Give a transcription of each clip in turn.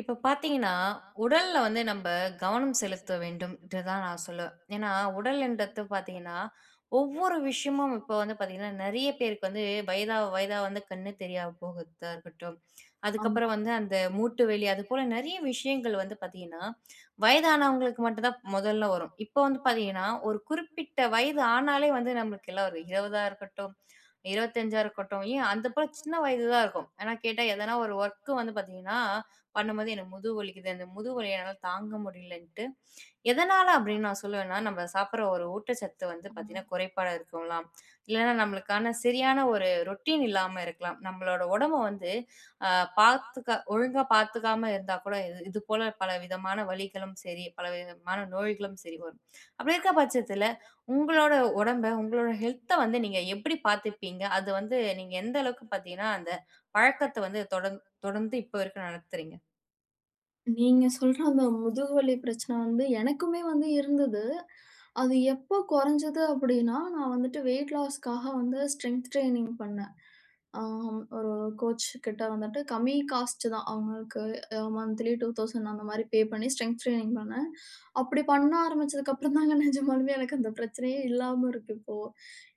இப்ப பாத்தீங்கன்னா, உடல்ல வந்து நம்ப கவனம் செலுத்த வேண்டும்ன்ட்டு தான் நான் சொல்லுவேன். ஏன்னா, உடல்ன்றது பாத்தீங்கன்னா, ஒவ்வொரு விஷயமும் இப்ப வந்து பாத்தீங்கன்னா, நெறைய பேருக்கு வந்து வயதா வயதா வந்து கண்ணு தெரியாம போகறதா இருக்கட்டும். ஆமா, அதுக்கப்புறம் வந்து அந்த மூட்டு வலி, அதுபோல நெறைய விஷயங்கள் வந்து பாத்தீங்கன்னா, வயதானவங்களுக்கு மட்டும் தான் முதல்ல வரும். இப்ப வந்து பாத்தீங்கன்னா, ஒரு குறிப்பிட்ட வயது ஆனாலே வந்து நம்மளுக்கு எல்லாம் வரும். 20ஆ இருக்கட்டும், 25ஆ இருக்கட்டும், ஏன் அந்த போல சின்ன வயது தான் இருக்கும். ஆனா கேட்டா எதனா ஒரு ஒர்க் வந்து பாத்தீங்கன்னா பண்ணும்போது எனக்கு முதுகு வலிக்குது. அந்த முதுகு வலிய என்னால தாங்க முடியலன்ட்டு, எதனால அப்படின்னு நான் சொல்லுவேன்னா, நம்ம சாப்பிடுற ஒரு ஊட்டச்சத்து வந்து ஆமா. பார்த்தீங்கன்னா, குறைபாடா இருக்கலாம். இல்லன்னா நம்மளுக்கான சரியான ஒரு ரொட்டீன் இல்லாம இருக்கலாம். நம்மளோட உடம்ப வந்து அ பார்த்துக்க ஒழுங்கா பார்த்துக்காம இருந்தா கூட இது இது போல பல விதமான வலிகளும் சரி, பல விதமான நோய்களும் சரி வரும். அப்படி இருக்க பட்சத்தில, உங்களோட உடம்ப, உங்களோட ஹெல்த்த வந்து நீங்க எப்படி பார்த்துப்பீங்க? அது வந்து நீங்க எந்த அளவுக்கு பார்த்தீங்கன்னா, அந்த பழக்கத்த வந்து தொடர்ந்து இப்போ வரைக்கும் நடத்துறீங்க? நீங்க சொல்ற அந்த முதுகுவலி பிரச்சனை வந்து எனக்குமே வந்து இருந்தது. அது எப்போ குறைஞ்சது அப்படின்னா, நான் வந்துட்டு வெயிட் லாஸ்க்காக வந்து ஸ்ட்ரெங்த் ட்ரெய்னிங் பண்ணேன். ஆம் ஒரு கோச் கிட்ட வந்துட்டு கம்மி காஸ்ட் தான். அவங்களுக்கு மந்த்லி 2000 அந்த மாரி பே பண்ணி ஸ்ட்ரெங்த் ட்ரெய்னிங் பண்ணேன். அப்படி பண்ண ஆரம்பிச்சதுக்கு அப்புறம் தாங்க நிஜமாலுமே எனக்கு அந்த பிரச்சனையே இல்லாம இருக்கு இப்போ.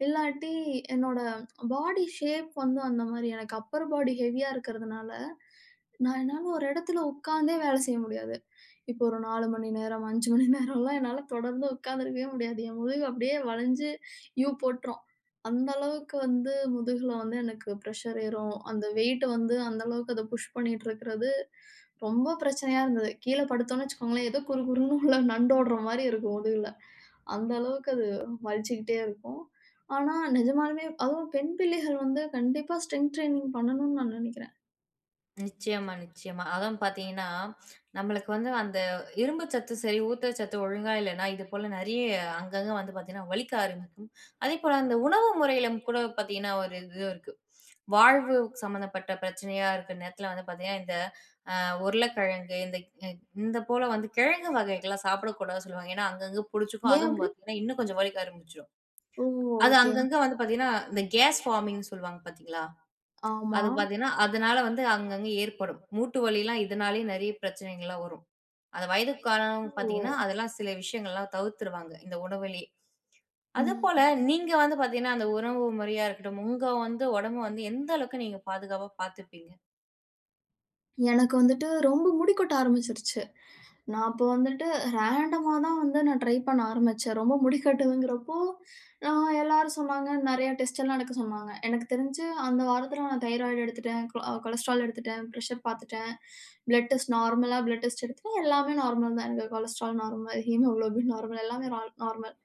இல்லாட்டி என்னோட பாடி ஷேப் வந்து அந்த மாரி எனக்கு அப்பர் பாடி ஹெவியா இருக்கிறதுனால நான் என்னால ஒரு இடத்துல உட்கார்ந்தே வேலை செய்ய முடியாது. இப்போ ஒரு 4 மணி நேரம், 5 மணி நேரம்லாம் என்னால தொடர்ந்து உட்கார்ந்திருக்கவே முடியாது. என் முதுகு அப்படியே வளைஞ்சு யூ போட்டுரும். அந்த அளவுக்கு வந்து முதுகுல வந்து எனக்கு பிரஷர் ஏறும். அந்த வெயிட் வந்து அந்த அளவுக்கு அத புஷ் பண்ணிட்டு இருக்கிறது ரொம்ப பிரச்சனையா இருந்தது. கீழ படுத்தோம்னு வச்சுக்கோங்களேன், ஏதோ குறு குறுன்னு உள்ள நண்டோடுற மாரி இருக்கும் முதுகுல. அந்த அளவுக்கு அது வலிச்சுக்கிட்டே இருக்கும். ஆனா நிஜமாலுமே அதுவும் பெண் பிள்ளைகள் வந்து கண்டிப்பா ஸ்ட்ரெங்த் ட்ரெய்னிங் பண்ணணும்னு நான் நினைக்கிறேன். நிச்சயமா, நிச்சயமா. அதுவும் பார்த்தீங்கன்னா, நம்மளுக்கு வந்து அந்த இரும்பு சத்து சரி, ஊட்டச்சத்து ஒழுங்கா இல்லன்னா, இது போல நெறைய அங்கங்க வந்து பார்த்தீங்கன்னா, வலிக்க ஆரம்பிக்கும். அதேபோல அந்த உணவு முறையில கூட பார்த்தீங்கன்னா, ஒரு இது இருக்கு. வாழ்வு சம்மந்தப்பட்ட பிரச்சனையா இருக்க நேரத்தில வந்து பார்த்தீங்கன்னா, இந்த உருளைக்கிழங்கு, இந்த அ இந்த போல வந்து கிழங்கு வகைகள்லாம் சாப்பிடக்கூடாதுன்னு சொல்லுவாங்க. ஏன்னா, அங்கங்க புடிச்சுக்கும். ஏன் அதுவும் அப்படி பார்த்தீங்கன்னா, இன்னும் கொஞ்சம் வலிக்க ஆரம்பிச்சுரும். ஓ! அது ஓகே. அங்கங்க வந்து பார்த்தீங்கன்னா, இந்த கேஸ் ஃபார்மிங்ன்னு சொல்லுவாங்க பார்த்தீங்களா? ஆமா. அது பார்த்தீங்கன்னா, அதனால வந்து அங்கங்க ஏற்படும். மூட்டு வலிலாம் இதனாலேயே நெறைய பிரச்சனைகள்லாம் வரும். அந்த வயதுக்கு காரணம் ஓ! பார்த்தீங்கன்னா, அதெல்லாம் சில விஷயங்கள்லாம் தவிர்த்துருவாங்க, இந்த உணவிலேயே. ம். அதுபோல நீங்க வந்து பார்த்தீங்கன்னா, அந்த உணவு முறையா இருக்கட்டும், உங்க வந்து உடம்ப வந்து எந்த அளவுக்கு நீங்க பாதுகாப்பா பார்த்துப்பீங்க? எனக்கு வந்துட்டு ரொம்ப முடி கொட்ட ஆரம்பிச்சுருச்சு. நான் அப்போ வந்துட்டு ரேண்டமா தான் வந்து நான் ட்ரை பண்ண ஆரம்பிச்சேன். ரொம்ப முடி கட்டுதுங்கிறப்போ, நான் எல்லாரும் சொன்னாங்க, நெறைய டெஸ்ட் எல்லாம் எடுக்க சொன்னாங்க. எனக்கு தெரிஞ்சு அந்த வாரத்துல நான் தைராய்டு எடுத்துட்டேன், கொலஸ்ட்ரால் எடுத்துட்டேன், பிரஷர் பார்த்துட்டேன், பிளட் டெஸ்ட் நார்மலா பிளட் டெஸ்ட் எடுத்துட்டேன். எல்லாமே நார்மல் தான். எனக்கு கொலஸ்ட்ரால் நார்மல், ஹீமோகுளோபின் நார்மல் எல்லாமே நார்மல்.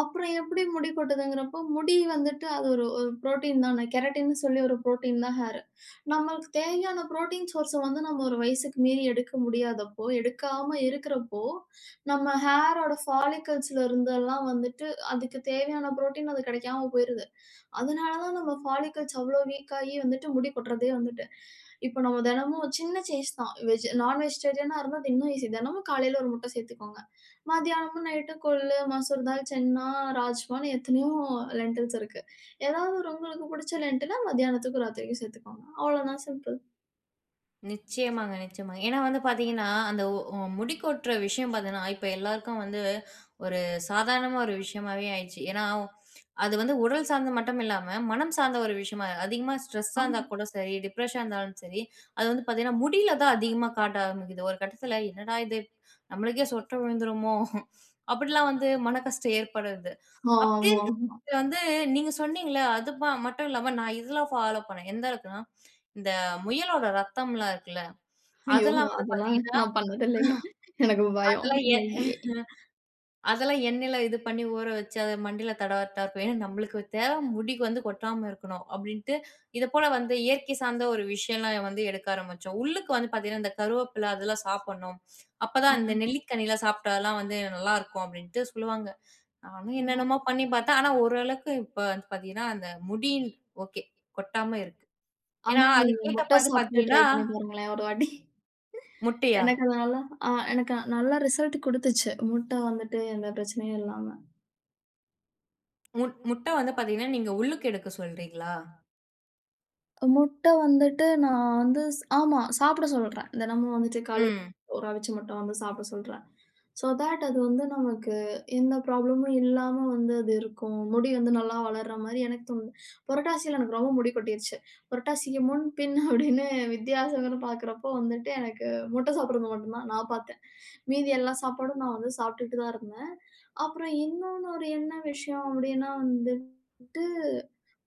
அப்புறம் எப்படி முடி கொட்டுதுங்கிறப்போ, முடி வந்துட்டு அது ஒரு ஒரு புரோட்டீன் தானே. கெரட்டின்னு சொல்லி ஒரு புரோட்டீன் தான் ஹேருக்கு. நம்மளுக்கு தேவையான புரோட்டீன் சோர்ஸ வந்து நம்ம ஒரு வயசுக்கு மீறி எடுக்க முடியாதப்போ, எடுக்காம இருக்கிறப்போ, நம்ம ஹேரோட ஃபாலிகல்ஸ்ல இருந்தெல்லாம் வந்துட்டு அதுக்கு தேவையான புரோட்டீன் அது கிடைக்காம போயிருது. அதனால தான் நம்ம ஃபாலிகல்ஸ் அவ்ளோ வீக் ஆகி வந்துட்டு முடி கொட்றதே வந்துட்டு. இப்ப நம்ம தினமும் சின்ன சேஞ்ச் தான். வெஜ் நான் வெஜிடேரியனா இருந்தா அது இன்னும் ஈஸி. தினமும் காலையில ஒரு முட்டை சேர்த்துக்கோங்க. மதியானமும் நைட்டு கொள்ளு, மசூர் தால், சென்னா, ராஜ்மான்னு எத்தனையோ லென்டில்ஸ் இருக்கு. ஏதாவது ஒரு உங்களுக்கு புடிச்ச லென்டில மதியானத்துக்கும், ராத்திரிக்கும் சேர்த்துக்கோங்க. அவ்வளோதான் சிம்பிள். நிச்சயமாங்க, நிச்சயமாங்க. ஏன்னா வந்து பார்த்தீங்கன்னா, அந்த ஒ அ முடி கொட்ற விஷயம் பார்த்தீங்கன்னா, இப்ப எல்லாருக்கும் வந்து ஒரு சாதாரணமா ஒரு விஷயமாவே ஆயிடுச்சு. ஏன்னா, அது வந்து உடல் சார்ந்து மட்டும் இல்லாம, மனம் சார்ந்த ஒரு விஷயமா அதிகமா ஸ்ட்ரெஸ்ஸா இருந்தா ஆமா. கூட சரி, டிப்ரஷனா இருந்தாலும் சரி, அது வந்து பார்த்தீங்கன்னா, முடியில தான் அதிகமா காட்ட ஆரம்பிக்குது. ஒரு கட்டத்தில என்னடா இது! நம்மளுக்கே சொட்ட விழுந்துருமோ! அப்படிலாம் வந்து மன கஷ்டம் ஏற்படுது. அப்படி ஆமாமா. இருக்கிறது வந்து நீங்க சொன்னீங்கல்ல, அது மட்டும் இல்லாம நான் இதெல்லாம் ஃபாலோ பண்ணேன். எந்த அளவுக்குன்னா, இந்த முயலோட ரத்தம்லாம் இருக்குல்ல ஐயோ! அதெல்லாம் வந்து அதெல்லாம் பார்த்தீங்கன்னா, நான் பண்ணதில்லைங்க. எனக்கு பயம். அதெல்லாம் எ அதெல்லாம் எண்ணெயில இது பண்ணி ஊற வச்சு, அத மண்டையில தடவறதா இருக்கும். ஏன்னா, நம்மளுக்கு தேவை முடிக்கு வந்து கொட்டாம இருக்கணும் அப்டின்ட்டு, இத போல வந்து இயற்கை சார்ந்த ஒரு விஷயம்லாம் வந்து எடுக்க ஆரம்பிச்சோம். உள்ளுக்கு வந்து பார்த்தீங்கன்னா, இந்த கருவேப்பில அதெல்லாம் சாப்பிடணும். அப்பதான் இந்த ஆமா, நெல்லிக்கனிலாம் சாப்பிட்டாலாம் வந்து நல்லாருக்கும் அப்டின்ட்டு சொல்லுவாங்க. நானும் ஆமா. என்னென்னமோ பண்ணி பார்த்தேன். ஆனா, ஓரளவுக்கு இப்ப வந்து பார்த்தீங்கன்னா, அந்த முடி ஓகே. கொட்டாம இருக்கு. ஏன்னா, ஆனா நீங்க அதுக்கேத்த முட்டை பாத்து சாப்பிட்டு பார்த்தீங்கன்னா ட்ரை பண்ணி பாருங்களேன் ஒரு வாட்டி. முட்டையா? எனக்கு அது நல்லா எனக்கு நல்லா ரிசல்ட் குடுத்துச்சு. முட்டை வந்துட்டு எந்த பிரச்சனையும் இல்லாம. முட்ட வந்து பார்த்தீங்கன்னா, நீங்க உள்ளுக்கு எடுக்க சொல்றீங்களா? முட்டை வந்துட்டு நான் வந்து ஸ் ஆமா. சாப்பிட சொல்றேன். தினமும் வந்துட்டு காலையில ம். ஒரு அவிச்ச முட்டை வந்து சாப்பிட சொல்றேன். ஸோ தட் அது வந்து நமக்கு எந்த ப்ராப்ளமும் இல்லாம வந்து அது இருக்கும். முடி வந்து நல்லா வளர்ற மாரி எனக்கு தோணுது. புரட்டாசியில எனக்கு ரொம்ப முடி கொட்டிருச்சு. புரட்டாசிக்கு முன், பின் அப்படின்னு வித்தியாசங்கள்னு பார்க்குறப்போ வந்துட்டு எனக்கு முட்டை சாப்பிடுறது மட்டும் தான் நான் பார்த்தேன். மீதி எல்லா சாப்பாடும் நான் வந்து சாப்பிட்டுட்டு தான் இருந்தேன். அப்புறம் இன்னொன்னு ஒரு என்ன விஷயம் அப்படின்னா வந்துட்டு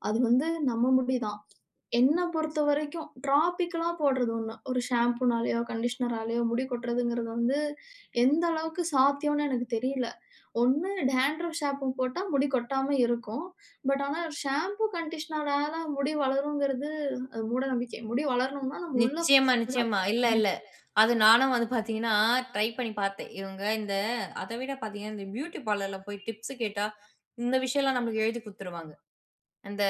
அது வந்து நம்ம முடி தான். என்ன பொறுத்தவரைக்கும் ட்ராபிக்கலா போடுறது ஒண்ணு. ஒரு ஷாம்பூனாலயோ, கண்டிஷனராலயோ முடி கொட்டுறதுங்கிறது வந்து எந்த அளவுக்கு சாத்தியம்னு எனக்கு தெரியல. ஒண்ணு டேண்ட்ரஃப் ஷாம்பு போட்டா முடி கொட்டாம இருக்கும். பட் ஆனா ஷாம்பூ, கண்டிஷனரால முடி வளருங்கிறது அது மூட நம்பிக்கை. முடி வளரணும்னா நம்ம உள்ள நிச்சயமா, நிச்சயமா. இல்ல, இல்ல. அது நானும் வந்து பார்த்தீங்கன்னா, ட்ரை பண்ணி பார்த்தேன். இவங்க இந்த அத விட பார்த்தீங்கன்னா, இந்த பியூட்டி பார்லர்ல போய் டிப்ஸ் கேட்டா, இந்த விஷயம்லாம் நம்மளுக்கு எழுதி குடுத்துருவாங்க. அந்த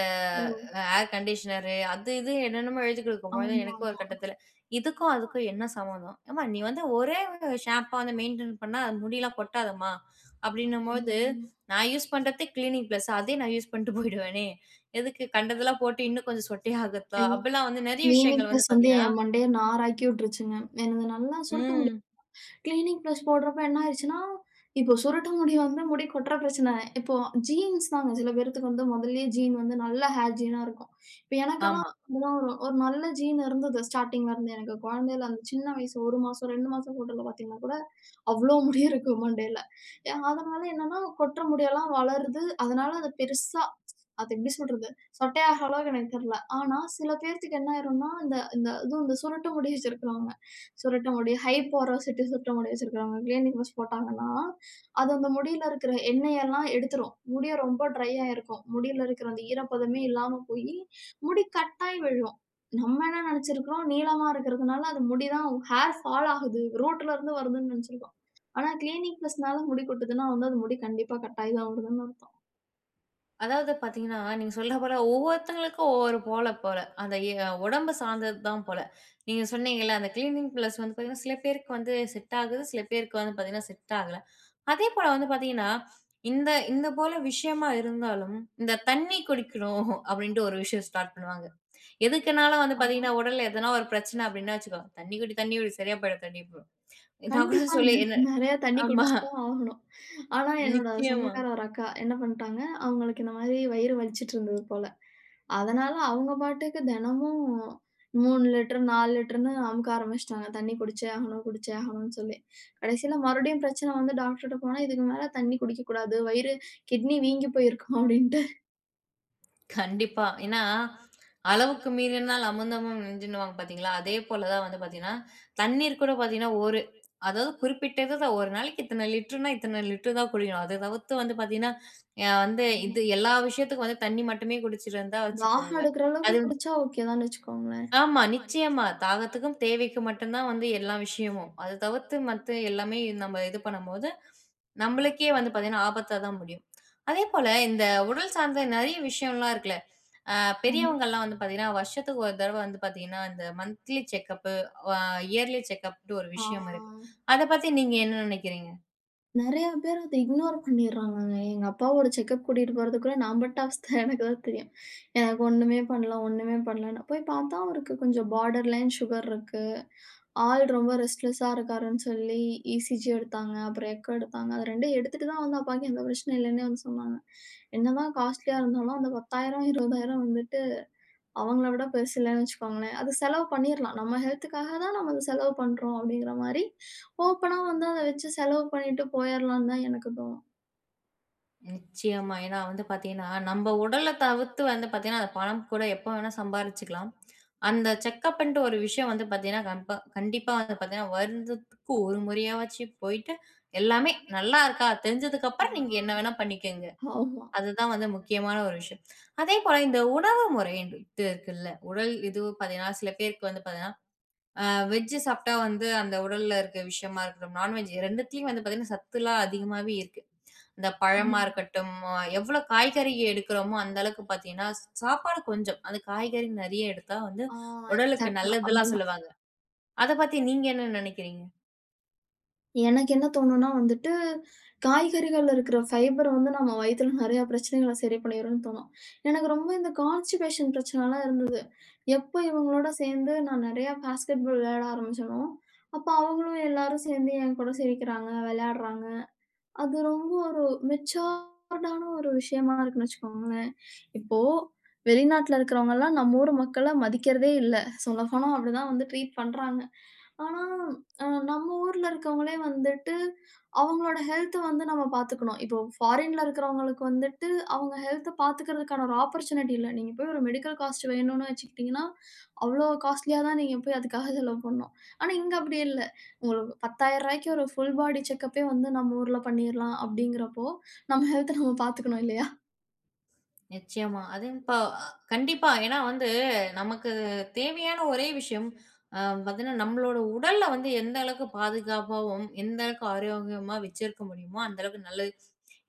ஏர் கண்டிஷனரு அது இது என்னென்னமோ எழுதி குடுக்கும்போது, எனக்கு ஒரு ஆமாமா. கட்டத்தில, இதுக்கும் அதுக்கும் என்ன சம்மந்தம்? ஏம்மா நீ வந்து ஒரே ஷாம்பா வந்து மெயின்டெயின் பண்ணா, அது முடிலாம் கொட்டாதம்மா! அப்படின்னும்போது, ம். நான் யூஸ் பண்றதே கிளீனிக் பிளஸ். அதே நான் யூஸ் பண்ணிட்டு போயிடுவேனே! எதுக்கு கண்டதெல்லாம் போட்டு இன்னும் கொஞ்சம் சொட்டை ஆகுறதா? ஐயோ! அப்படிலாம் வந்து நெறைய கிளீனிக் விஷயங்கள் வந்து பிளஸ் வந்து பார்த்தீங்கன்னா என் மண்டைய நாராக்கி விட்டுருச்சுங்க. எனது நல்லா சுருட்டு முடி ம். கிளீனிங் ப்ளஷ் போடுறப்ப என்ன ஆயிருச்சுன்னா, இப்போ சுருட்ட முடி வந்து முடி கொட்ற பிரச்சனை. இப்போ ஜீன்ஸ் தாங்க சில பேர்த்துக்கு வந்து முதல்லயே ஜீன் வந்து நல்ல ஹேர் ஜீனா இருக்கும். இப்ப எனக்கெல்லாம் ஆமா. அப்படிதான் ஒரு ஒரு நல்ல ஜீன் இருந்தது ஸ்டார்ட்டிங்ல இருந்து எனக்கு. குழந்தையில அந்த சின்ன வயசு 1 மாசம், 2 மாசம் ஃபோட்டோல பார்த்தீங்கன்னா கூட, அவ்ளோ முடி இருக்கு மண்டையில. எ அதனால என்னன்னா கொட்ற முடியெல்லாம் வளருது. அதனால அது பெருசா அது எப்படி சொல்றது? சொட்டையாகிற அளவுக்கு எனக்கு தெரியல. ஆனா சில பேர்த்துக்கு என்ன ஆயிரும்னா, இந்த இந்த அதுவும் இந்த சுருட்ட முடி வச்சிருக்கிறவங்க சுருட்ட முடி, ஹை போரோசிட்டி சுருட்ட முடி வச்சிருக்கிறவங்க கிளீனிக் மிஸ் போட்டாங்கன்னா, அது அந்த முடியில இருக்கிற எண்ணெயெல்லாம் எடுத்துரும். முடியும் ரொம்ப ட்ரையா இருக்கும். முடியில இருக்கிற அந்த ஈரப்பதமே இல்லாம போயி, முடி கட்டாயி விழும். நம்ம என்ன நெனச்சிருக்கிறோம், நீளமா இருக்கிறதுனால அது முடி தான் ஹேர் ஃபால் ஆகுது. ரூட்ல இருந்து வருதுன்னு நெனச்சிருக்கோம். ஆனா கிளீனிக் பிளஸ்னால முடி கொட்டுதுன்னா வந்து, அது முடி கண்டிப்பா கட்டாயி தான் வருதுன்னு அர்த்தம். அதாவது பார்த்தீங்கன்னா, நீங்க சொல்ற போல ஒவ்வொருத்தங்களுக்கும் ஒவ்வொரு போல போல. அந்த உடம்பு சார்ந்தது தான் போல. நீங்க சொன்னீங்கல்ல, அந்த கிளீனிங் பிளஸ் வந்து பார்த்தீங்கன்னா, சில பேருக்கு வந்து செட் ஆகுது. சில பேருக்கு வந்து பார்த்தீங்கன்னா, செட் ஆகல. அதே போல வந்து பார்த்தீங்கன்னா, இந்த இந்த போல விஷயமா இருந்தாலும், இந்த தண்ணி குடிக்கணும் அப்படின்ட்டு ஒரு விஷயம் ஸ்டார்ட் பண்ணுவாங்க. எதுக்குனாலும் வந்து ஆமா. பார்த்தீங்கன்னா, உடல்ல எதனா ஒரு பிரச்சனை அப்படின்னா வச்சுக்கோ, "தண்ணி குடி, தண்ணி குடி. சரியா போயிடும், தண்ணி" போயிடும். நான் கூட கண்டிப்பாங்க. சொல்லி என்ன நெறையா தண்ணீ ஆமா. குடிச்சு தான் ஆகணும். ஆனா என்னோட நிச்சயமா. சொந்தக்கார ஒரு அக்கா என்ன பண்ட்டாங்க, அவங்களுக்கு இந்த மாரி வயிறு வலிச்சுட்டு இருந்தது போல. அதனால அவங்க பாட்டுக்கு தினமும் 3 லிட்டர், 4 லிட்டர்ன்னு அமுக்க ஆரம்பிச்சுட்டாங்க. தண்ணீ குடிச்சே ஆகணும், குடிச்சே ஆகணும்னு சொல்லி. கடைசியில மறுபடியும் பிரச்சனை வந்து டாக்டர்ட்ட போனா, "இதுக்கு மேல தண்ணீ குடிக்கக்கூடாது. வயிறு கிட்னி வீங்கி போயிருக்கும்" அப்படின்ட்டு. கண்டிப்பா. ஏன்னா, அளவுக்கு மீறினால் அமிர்தமும் நஞ்சுன்னுவாங்க பார்த்தீங்களா? அதே போல தான் வந்து பார்த்தீங்கன்னா, தண்ணீர் கூட பார்த்தீங்கன்னா, ஒரு அதாவது குறிப்பிட்டது தான். ஒரு நாளைக்கு இத்தனை லிட்டர்னா, இத்தனை லிட்டர் தான் குடிக்கணும். அத தவிர்த்து வந்து பார்த்தீங்கன்னா, வந்து ஆமா. இது எல்லா விஷயத்துக்கும் வந்து தண்ணி மட்டுமே குடிச்சிருந்தா தாகம் வச்சுக்கோங்க. எடுக்கிற அளவுக்கு அது குடிச்சா ஓகே தான்னு வச்சுக்கோங்களேன். ஆமா, நிச்சயமா. தாகத்துக்கும், தேவைக்கும் மட்டும் தான் வந்து எல்லா விஷயமும். அத தவிர்த்து மத்த எல்லாமே நம்ம இது பண்ணும்போது, நம்மளுக்கே வந்து பார்த்தீங்கன்னா, ஆபத்தா தான் முடியும். அதேபோல இந்த உடல் சார்ந்த நெறைய விஷயம்லாம் இருக்குல்ல. அ ஆமா. பெரியவங்கலாம் வந்து பார்த்தீங்கன்னா, வருஷத்துக்கு ஒரு தடவ வந்து பார்த்தீங்கன்னா, இந்த மந்த்லி செக்கப்பு, அ இயர்லி செக்கப்ட்டு ஒரு ஆ. விஷயம் இருக்கு. அத பத்தி நீங்க என்ன நெனைக்கிறீங்க? நெறையா பேர் அத இக்னோர் பண்ணிர்றாங்கங்க. எங்க அப்பாவோட செக்கப் கூட்டிட்டு போறதுக்குள்ள நான் பட்ட அவஸ்த எனக்கு தான் தெரியும். எனக்கு ஒண்ணுமே பண்ணல, ஒண்ணுமே பண்ணலன்னு. போய் பார்த்தா அவருக்கு கொஞ்சம் பார்டர் லைன் சுகர் இருக்கு. ஆள் ரொம்ப ரெஸ்ட்லெஸ்ஸா இருக்காருன்னு சொல்லி இசிஜி எடுத்தாங்க. அப்புறம் எக்கோ எடுத்தாங்க. அது 2யும் எடுத்துட்டு தான் வந்து அப்பாக்கு எந்த பிரச்சனையும் இல்லைன்னே வந்து சொன்னாங்க. என்னதான் காஸ்ட்லியா இருந்தாலும் அந்த 10,000, 20,000 வந்துட்டு அவங்கள விட பெருசு இல்லன்னு வச்சுக்கோங்களேன். அது செலவு பண்ணிர்லாம். நம்ம ஹெல்த்துக்காக தான் நம்ம அத செலவு பண்றோம் அப்படிங்கிற மாரி, ஓப்பனா வந்து அத வச்சு செலவு பண்ணிட்டு போயிரலான்னு தான் எனக்கு தோணும். நிச்சயமா. ஏன்னா வந்து பார்த்தீங்கன்னா, நம்ம உடல தவிர்த்து வந்து பார்த்தீங்கன்னா, அந்த பணம் கூட எப்ப வேணா சம்பாரிச்சுக்கலாம். அந்த செக்கப்புன்ட்டு ஒரு விஷயம் வந்து பார்த்தீங்கன்னா, கம்ப கண்டிப்பா வந்து பார்த்தீங்கன்னா, வருடத்துக்கு ஒரு முறையாவாச்சும் போயிட்டு, எல்லாமே நல்லா இருக்கா? தெரிஞ்சதுக்கப்புறம் நீங்க ஆ என்ன வேணா பண்ணிக்கங்க. ஆமா. அதுதான் வந்து முக்கியமான ஒரு விஷயம். அதே போல இந்த உணவு முறைன்னு இது இருக்குல்ல, உடல் இது பார்த்தீங்கன்னா, சில பேருக்கு வந்து பார்த்தீங்கன்னா, வெஜ் சாப்பிட்டா வந்து அந்த உடல்ல இருக்க விஷயமா இருக்கட்டும், நான்வெஜ் 2த்துலயும் வந்து பார்த்தீங்கன்னா, சத்துலாம் அதிகமாவே இருக்கு. இந்த பழமா ஆமா. இருக்கட்டும், எவ்வளோ காய்கறி எடுக்கிறோமோ அந்த அளவுக்கு பார்த்தீங்கன்னா, சாப்பாடு கொஞ்சம், அது காய்கறி நெறைய எடுத்தா வந்து ஆ உடலுக்கு எக்ஸாக்ட்டா நல்லதுலாம் அப்படிதான். சொல்லுவாங்க. அத பத்தி நீங்க என்ன நெனைக்கிறீங்க? எனக்கு என்ன தோணும்னா வந்துட்டு, காய்கறிகள்ல இருக்கிற ஃபைபர் வந்து நம்ம வயித்துல நெறைய பிரச்சனைகள சரி பண்ணிரும்ன்னு தோணும். எனக்கு ரொம்ப இந்த கான்ஸ்டிபேஷன் பிரச்சனலாம் இருந்தது. எப்போ இவங்களோட சேர்ந்து நான் நெறைய பாஸ்கெட் பால் விளையாட ஆரம்பிச்சேனோ, அப்ப அவங்களும் எல்லாரும் சேர்ந்து என் கூட சிரிக்கிறாங்க, விளையாடுறாங்க. அது ரொம்ப ஒரு மெச்சூர்டான ஒரு விஷயமா இருக்குன்னு வச்சுக்கோங்களேன். இப்போ வெளிநாட்ல இருக்கிறவங்கலாம் நம்ம ஊர் மக்கள மதிக்கிறதே இல்ல. சொல்லப்போனா அப்படிதான் வந்து ட்ரீட் பண்றாங்க. ஆனா, நம்ம ஊர்ல இருக்கவங்களே வந்துட்டு, அவங்களோட ஹெல்த்த வந்து நம்ம பாத்துக்கணும். இப்போ ஃபாரின்ல இருக்கிறவங்களுக்கு வந்துட்டு, அவங்க ஹெல்த்த பாத்துக்கிறதுக்கான ஒரு ஆப்பர்ச்சுனிட்டி இல்ல. நீங்க போய் ஒரு மெடிக்கல் காஸ்ட் வேணும்னு வச்சுக்கிட்டீங்கன்னா, அவ்ளோ காஸ்ட்லியா தான் நீங்க போய் அதுக்காக செலவு பண்ணணும். ஆனா, இங்க அப்படி இல்ல. உங்களுக்கு ரூ. 10,000க்கு ஒரு ஃபுல் பாடி செக்கப்பே வந்து நம்ம ஊர்ல பண்ணிரலாம் அப்படிங்கிறப்போ, நம்ம ஹெல்த்த நம்ம பாத்துக்கணும் இல்லையா? நிச்சயமா. அதுவும் இப்ப கண்டிப்பா. ஏன்னா வந்து நமக்கு தேவையான ஒரே விஷயம் பார்த்தீங்கன்னா, நம்மளோட உடல்ல வந்து எந்த அளவுக்கு பாதுகாப்பாவும், எந்த அளவுக்கு ஆரோக்கியமா வச்சிருக்க முடியுமோ, அந்த அளவுக்கு நல்லது.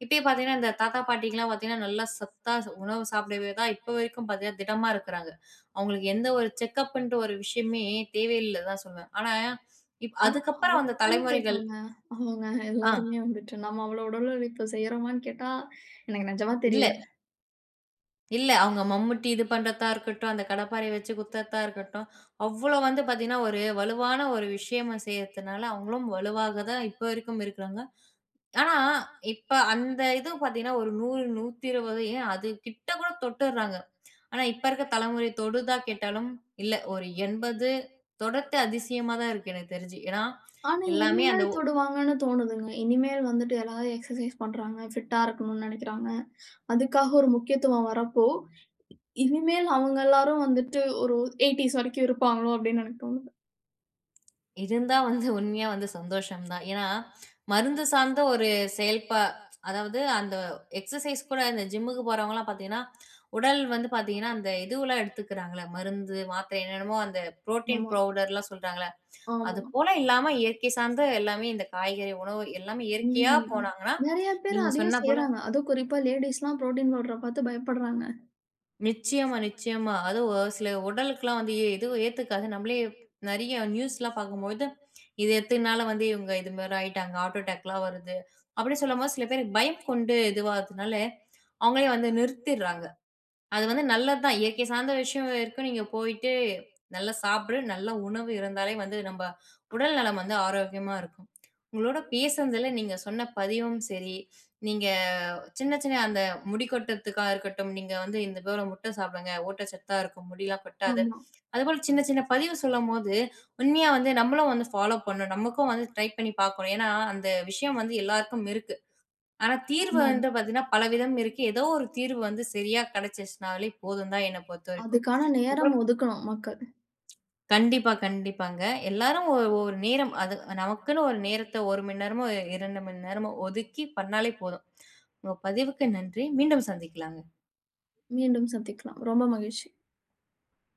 இப்பயே பார்த்தீங்கன்னா, இந்த தாத்தா பாட்டிக்குலாம் பார்த்தீங்கன்னா, நல்லா சத்தா உணவு சாப்பிடவே தான் இப்ப வரைக்கும் பார்த்தீங்கன்னா, திடமா இருக்கிறாங்க. அவங்களுக்கு எந்த ஒரு செக்கப்ன்ட்டு ஒரு விஷயமே தேவையில்ல தான் சொல்வேன். ஆனா, ஆனா, அவ்ளோ அதுக்கப்புறம் அந்த உடல் தலைமுறைகள் உழைப்புங்க அவங்க ஆ எல்லாருமே வந்துட்டு. நம்ம அவ்ளோ உடல் உழைப்பு செய்றோமான்னு கேட்டா, எனக்கு நிஜமா இல்ல. தெரியல. இல்ல. அவங்க மம்முட்டி இது பண்றதா இருக்கட்டும், அந்த கடப்பாரைய வச்சு குத்தறதா இருக்கட்டும், அவ்வளோ வந்து பார்த்தீங்கன்னா, ஒரு வலுவான ஒரு விஷயமா செய்யறதுனால, அவங்களும் வலுவாக தான் இப்போ வரைக்கும் இருக்கிறாங்க. ஆனா, இப்ப அந்த இது பார்த்தீங்கன்னா, ஒரு 100, 120 ஏன் அது கிட்ட கூட தொட்டுர்றாங்க. ஆனா, இப்ப இருக்க தலைமுறை தொடுதா கேட்டாலும், இல்ல. ஒரு 80 தொடர்ந்து அதிசயமா தான் இருக்கு எனக்கு தெரிஞ்சு. ஏன்னா, ஆனா, எல்லாமே அந்த இனிமேல் தொடுவாங்கன்னு தோணுதுங்க. இனிமேல் வந்துட்டு எல்லாரும் எக்ஸர்சைஸ் பண்றாங்க, ஃபிட்டா இருக்கணும்னு நெனைக்கிறாங்க. அதுக்காக ஒரு முக்கியத்துவம் வரப்போ, இனிமேல் அவங்க எல்லாரும் வந்துட்டு ஒரு 80ஸ் வரைக்கும் இருப்பாங்களோ அப்டின்னு எனக்கு தோணுது. இருந்தா வந்து உண்மையா வந்து சந்தோஷம் தான். ஏன்னா, மருந்து சார்ந்த ஒரு செயல்பா அதாவது அந்த எக்ஸர்சைஸ் கூட இந்த ஜிம்முக்கு போறவங்கலாம் பார்த்தீங்கன்னா, உடல் வந்து பார்த்தீங்கன்னா, அந்த இதுவெல்லாம் எடுத்துக்கிறாங்கல்ல, மருந்து, மாத்திரை என்னென்னமோ அந்த புரோட்டீன் ஆமா, பவுடர்லாம் சொல்றாங்கல்ல, அது ஆமா. போல இல்லாம இயற்கை சார்ந்த எல்லாமே இந்த காய்கறி உணவு எல்லாமே இயற்கையா ம். போனாங்கன்னா, நெறைய பேர் நீங்க அதையும் சொன்னா போல செய்றாங்க. அதுவும் குறிப்பா லேடீஸ்லாம் புரோட்டீன் பவுடர பாத்து பயப்படுறாங்க. நிச்சயமா, நிச்சயமா. அதுவும் ஒரு சில உடலுக்குலாம் வந்து எதுவும் ஏத்துக்காது. நம்மளே நெறைய நியூஸ்லாம் பார்க்கும்போது, இது எத்தனால வந்து இவங்க இது மாரி ஆயிட்டாங்க. ஹார்ட் அட்டாக்லாம் வருது. அப்டி சொல்லும்போது சில பேருக்கு பயம் கொண்டு இதுவாகுதுனால, அவங்களே வந்து நிறுத்திர்றாங்க. அது வந்து நல்லது தான். இயற்கை சார்ந்த விஷயம் வரைக்கும் நீங்க போயிட்டு, நல்லா சாப்பிடு, நல்ல உணவு இருந்தாலே வந்து நம்ப உடல் நலம் வந்து ஆரோக்கியமா இருக்கும். உங்களோட பேசுனதுல நீங்க சொன்ன பதிவும் சரி, நீங்க சின்ன சின்ன அந்த முடி கொட்டுறதுக்கா இருக்கட்டும், நீங்க வந்து இந்த போல முட்டை சாப்பிடுங்க, ஊட்டச்சத்தா இருக்கும், முடிலாம் கொட்டாது. ஆமா, அதுபோல சின்ன சின்ன பதிவு சொல்லும்போது, உண்மையா வந்து நம்மளும் வந்து ஃபாலோ பண்ணணும். நமக்கும் வந்து ட்ரை பண்ணி பார்க்கணும். ஏன்னா, அந்த விஷயம் வந்து எல்லாருக்கும் இருக்கு. ஆனா தீர்வு ஆமாமா. வந்து பார்த்தீங்கன்னா, பலவிதம் இருக்கு. ஏதோ ஒரு தீர்வு வந்து சரியா கிடைச்சிச்சுனாலே போதும் தான் என்ன பொறுத்தவரைக்கும். அதுக்கான நேரம் அப்புறம் ஒதுக்கணும் மக்கள். கண்டிப்பா, கண்டிப்பாங்க. எல்லாரும் ஒரு ஒரு நேரம் அது நமக்குன்னு ஒரு நேரத்த 1 மணி நேரமோ, 2 மணி நேரமோ ஒதுக்கி பண்ணாலே போதும். உங்க பதிவுக்கு நன்றி. மீண்டும் சந்திக்கலாங்க. மீண்டும் சந்திக்கலாம். ரொம்ப மகிழ்ச்சி.